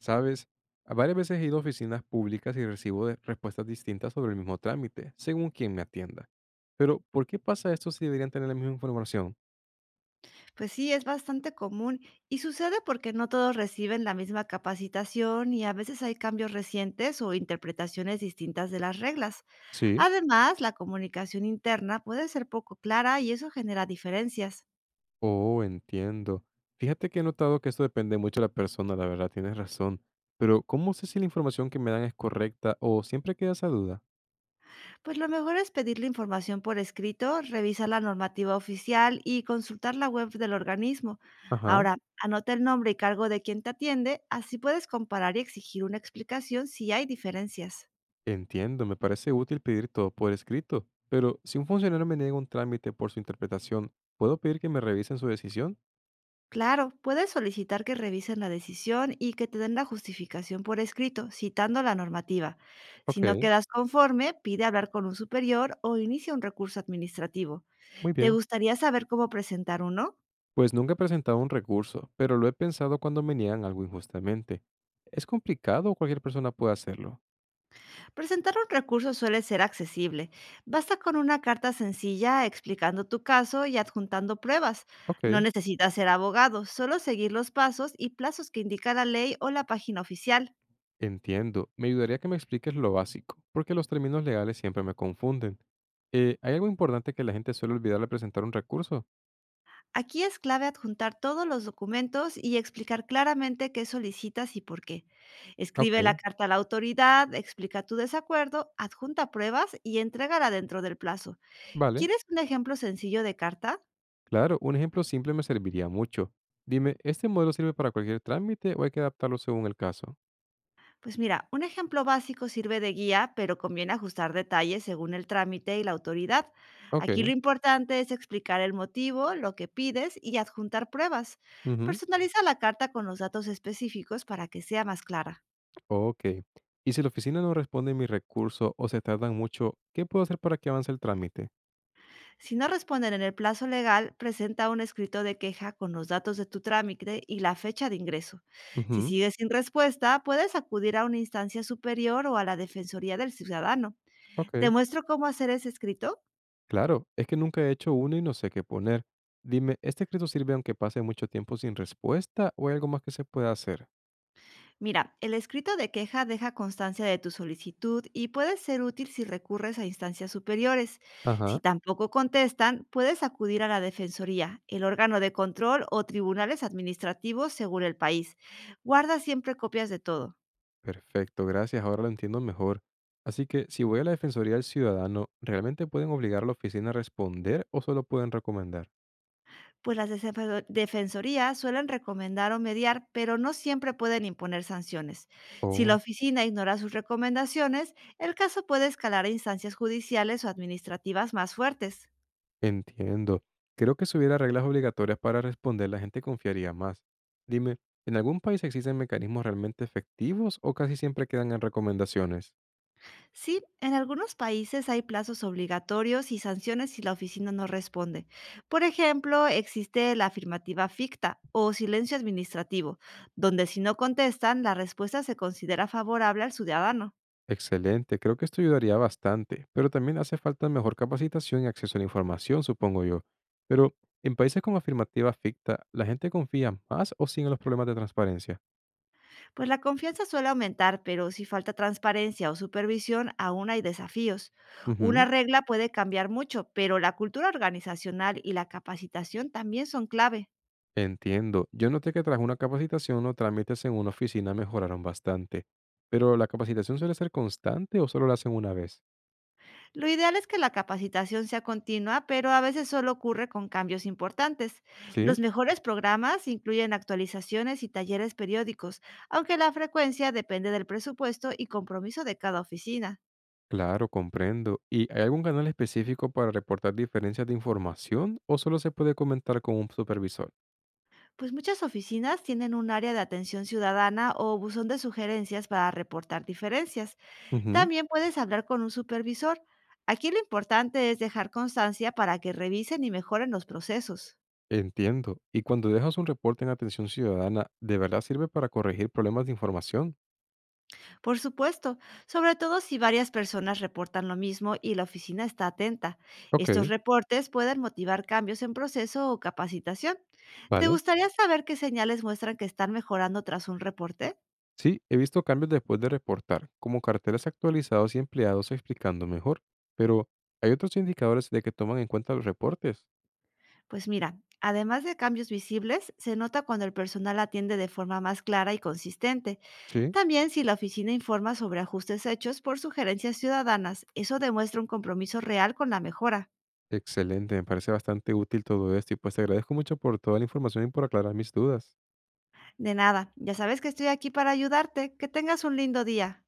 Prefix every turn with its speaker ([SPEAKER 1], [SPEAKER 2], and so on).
[SPEAKER 1] ¿Sabes? A Varias veces he ido a oficinas públicas y recibo respuestas distintas sobre el mismo trámite, según quien me atienda. Pero, ¿por qué pasa esto si deberían tener la misma información?
[SPEAKER 2] Pues sí, es bastante común y sucede porque no todos reciben la misma capacitación y a veces hay cambios recientes o interpretaciones distintas de las reglas.
[SPEAKER 1] Sí.
[SPEAKER 2] Además, la comunicación interna puede ser poco clara y eso genera diferencias.
[SPEAKER 1] Oh, entiendo. Fíjate que he notado que esto depende mucho de la persona, la verdad, tienes razón. Pero, ¿cómo sé si la información que me dan es correcta o siempre queda esa duda?
[SPEAKER 2] Pues lo mejor es pedir la información por escrito, revisar la normativa oficial y consultar la web del organismo.
[SPEAKER 1] Ajá.
[SPEAKER 2] Ahora, anota el nombre y cargo de quien te atiende, así puedes comparar y exigir una explicación si hay diferencias.
[SPEAKER 1] Entiendo, me parece útil pedir todo por escrito. Pero, si un funcionario me niega un trámite por su interpretación, ¿puedo pedir que me revisen su decisión?
[SPEAKER 2] Claro, puedes solicitar que revisen la decisión y que te den la justificación por escrito, citando la normativa. Si no
[SPEAKER 1] Ok,
[SPEAKER 2] quedas conforme, pide hablar con un superior o inicia un recurso administrativo.
[SPEAKER 1] muy
[SPEAKER 2] ¿Te
[SPEAKER 1] bien.
[SPEAKER 2] gustaría saber cómo presentar uno?
[SPEAKER 1] Pues nunca he presentado un recurso, pero lo he pensado cuando me niegan algo injustamente. ¿Es complicado o cualquier persona puede hacerlo?
[SPEAKER 2] Presentar un recurso suele ser accesible. Basta con una carta sencilla explicando tu caso y adjuntando pruebas. No
[SPEAKER 1] Ok,
[SPEAKER 2] necesitas ser abogado, solo seguir los pasos y plazos que indica la ley o la página oficial.
[SPEAKER 1] entiendo. Me ayudaría que me expliques lo básico, porque los términos legales siempre me confunden. ¿Hay algo importante que la gente suele olvidar al presentar un recurso?
[SPEAKER 2] Aquí es clave adjuntar todos los documentos y explicar claramente qué solicitas y por qué. Escribe la
[SPEAKER 1] Ok,
[SPEAKER 2] carta a la autoridad, explica tu desacuerdo, adjunta pruebas y entrégala dentro del plazo.
[SPEAKER 1] vale.
[SPEAKER 2] ¿Quieres un ejemplo sencillo de carta?
[SPEAKER 1] Claro, un ejemplo simple me serviría mucho. Dime, ¿este modelo sirve para cualquier trámite o hay que adaptarlo según el caso?
[SPEAKER 2] Pues mira, un ejemplo básico sirve de guía, pero conviene ajustar detalles según el trámite y la autoridad. Aquí
[SPEAKER 1] Ok.
[SPEAKER 2] lo importante es explicar el motivo, lo que pides y adjuntar pruebas.
[SPEAKER 1] Ujú.
[SPEAKER 2] Personaliza la carta con los datos específicos para que sea más clara.
[SPEAKER 1] Ok. Y si la oficina no responde mi recurso o se tardan mucho, ¿qué puedo hacer para que avance el trámite?
[SPEAKER 2] Si no responden en el plazo legal, presenta un escrito de queja con los datos de tu trámite y la fecha de ingreso. Si
[SPEAKER 1] Ujú.
[SPEAKER 2] sigues sin respuesta, puedes acudir a una instancia superior o a la Defensoría del Ciudadano. Te
[SPEAKER 1] Ok,
[SPEAKER 2] muestro cómo hacer ese escrito.
[SPEAKER 1] claro, es que nunca he hecho uno y no sé qué poner. Dime, ¿este escrito sirve aunque pase mucho tiempo sin respuesta o hay algo más que se pueda hacer?
[SPEAKER 2] Mira, el escrito de queja deja constancia de tu solicitud y puede ser útil si recurres a instancias superiores. Si
[SPEAKER 1] Ajá.
[SPEAKER 2] tampoco contestan, puedes acudir a la Defensoría, el órgano de control o tribunales administrativos según el país. Guarda siempre copias de todo.
[SPEAKER 1] Perfecto, gracias, ahora lo entiendo mejor. Así que si voy a la Defensoría del Ciudadano, ¿realmente pueden obligar a la oficina a responder o solo pueden recomendar?
[SPEAKER 2] Pues las defensorías suelen recomendar o mediar, pero no siempre pueden imponer sanciones. Si la
[SPEAKER 1] Oh.
[SPEAKER 2] oficina ignora sus recomendaciones, el caso puede escalar a instancias judiciales o administrativas más fuertes.
[SPEAKER 1] Entiendo. Creo que si hubiera reglas obligatorias para responder, la gente confiaría más. Dime, ¿en algún país existen mecanismos realmente efectivos o casi siempre quedan en recomendaciones?
[SPEAKER 2] Sí, en algunos países hay plazos obligatorios y sanciones si la oficina no responde. Por ejemplo, existe la afirmativa ficta o silencio administrativo, donde si no contestan, la respuesta se considera favorable al ciudadano.
[SPEAKER 1] Excelente, creo que esto ayudaría bastante, pero también hace falta mejor capacitación y acceso a la información, supongo yo. Pero, ¿en países con afirmativa ficta, la gente confía más o sin en los problemas de transparencia?
[SPEAKER 2] Pues la confianza suele aumentar, pero si falta transparencia o supervisión, aún hay desafíos. Una
[SPEAKER 1] Ujú.
[SPEAKER 2] regla puede cambiar mucho, pero la cultura organizacional y la capacitación también son clave.
[SPEAKER 1] Entiendo, yo noté que tras una capacitación o trámites en una oficina mejoraron bastante, pero ¿la capacitación suele ser constante o solo la hacen una vez?
[SPEAKER 2] Lo ideal es que la capacitación sea continua, pero a veces solo ocurre con cambios importantes.
[SPEAKER 1] Sí,
[SPEAKER 2] Los mejores programas incluyen actualizaciones y talleres periódicos, aunque la frecuencia depende del presupuesto y compromiso de cada oficina.
[SPEAKER 1] claro, comprendo. ¿Y hay algún canal específico para reportar diferencias de información o solo se puede comentar con un supervisor?
[SPEAKER 2] Pues muchas oficinas tienen un área de atención ciudadana o buzón de sugerencias para reportar diferencias.
[SPEAKER 1] Ujú.
[SPEAKER 2] También puedes hablar con un supervisor. Aquí lo importante es dejar constancia para que revisen y mejoren los procesos.
[SPEAKER 1] Entiendo. ¿Y cuando dejas un reporte en Atención Ciudadana, de verdad sirve para corregir problemas de información?
[SPEAKER 2] Por supuesto, sobre todo si varias personas reportan lo mismo y la oficina está atenta.
[SPEAKER 1] Ok,
[SPEAKER 2] Estos reportes pueden motivar cambios en proceso o capacitación. ¿Te
[SPEAKER 1] vale.
[SPEAKER 2] gustaría saber qué señales muestran que están mejorando tras un reporte?
[SPEAKER 1] Sí, he visto cambios después de reportar, como carteles actualizados y empleados explicando mejor. Pero, ¿hay otros indicadores de que toman en cuenta los reportes?
[SPEAKER 2] Pues mira, además de cambios visibles, se nota cuando el personal atiende de forma más clara y consistente.
[SPEAKER 1] Sí,
[SPEAKER 2] También si la oficina informa sobre ajustes hechos por sugerencias ciudadanas, eso demuestra un compromiso real con la mejora.
[SPEAKER 1] excelente, me parece bastante útil todo esto y pues te agradezco mucho por toda la información y por aclarar mis dudas.
[SPEAKER 2] De nada, ya sabes que estoy aquí para ayudarte. Que tengas un lindo día.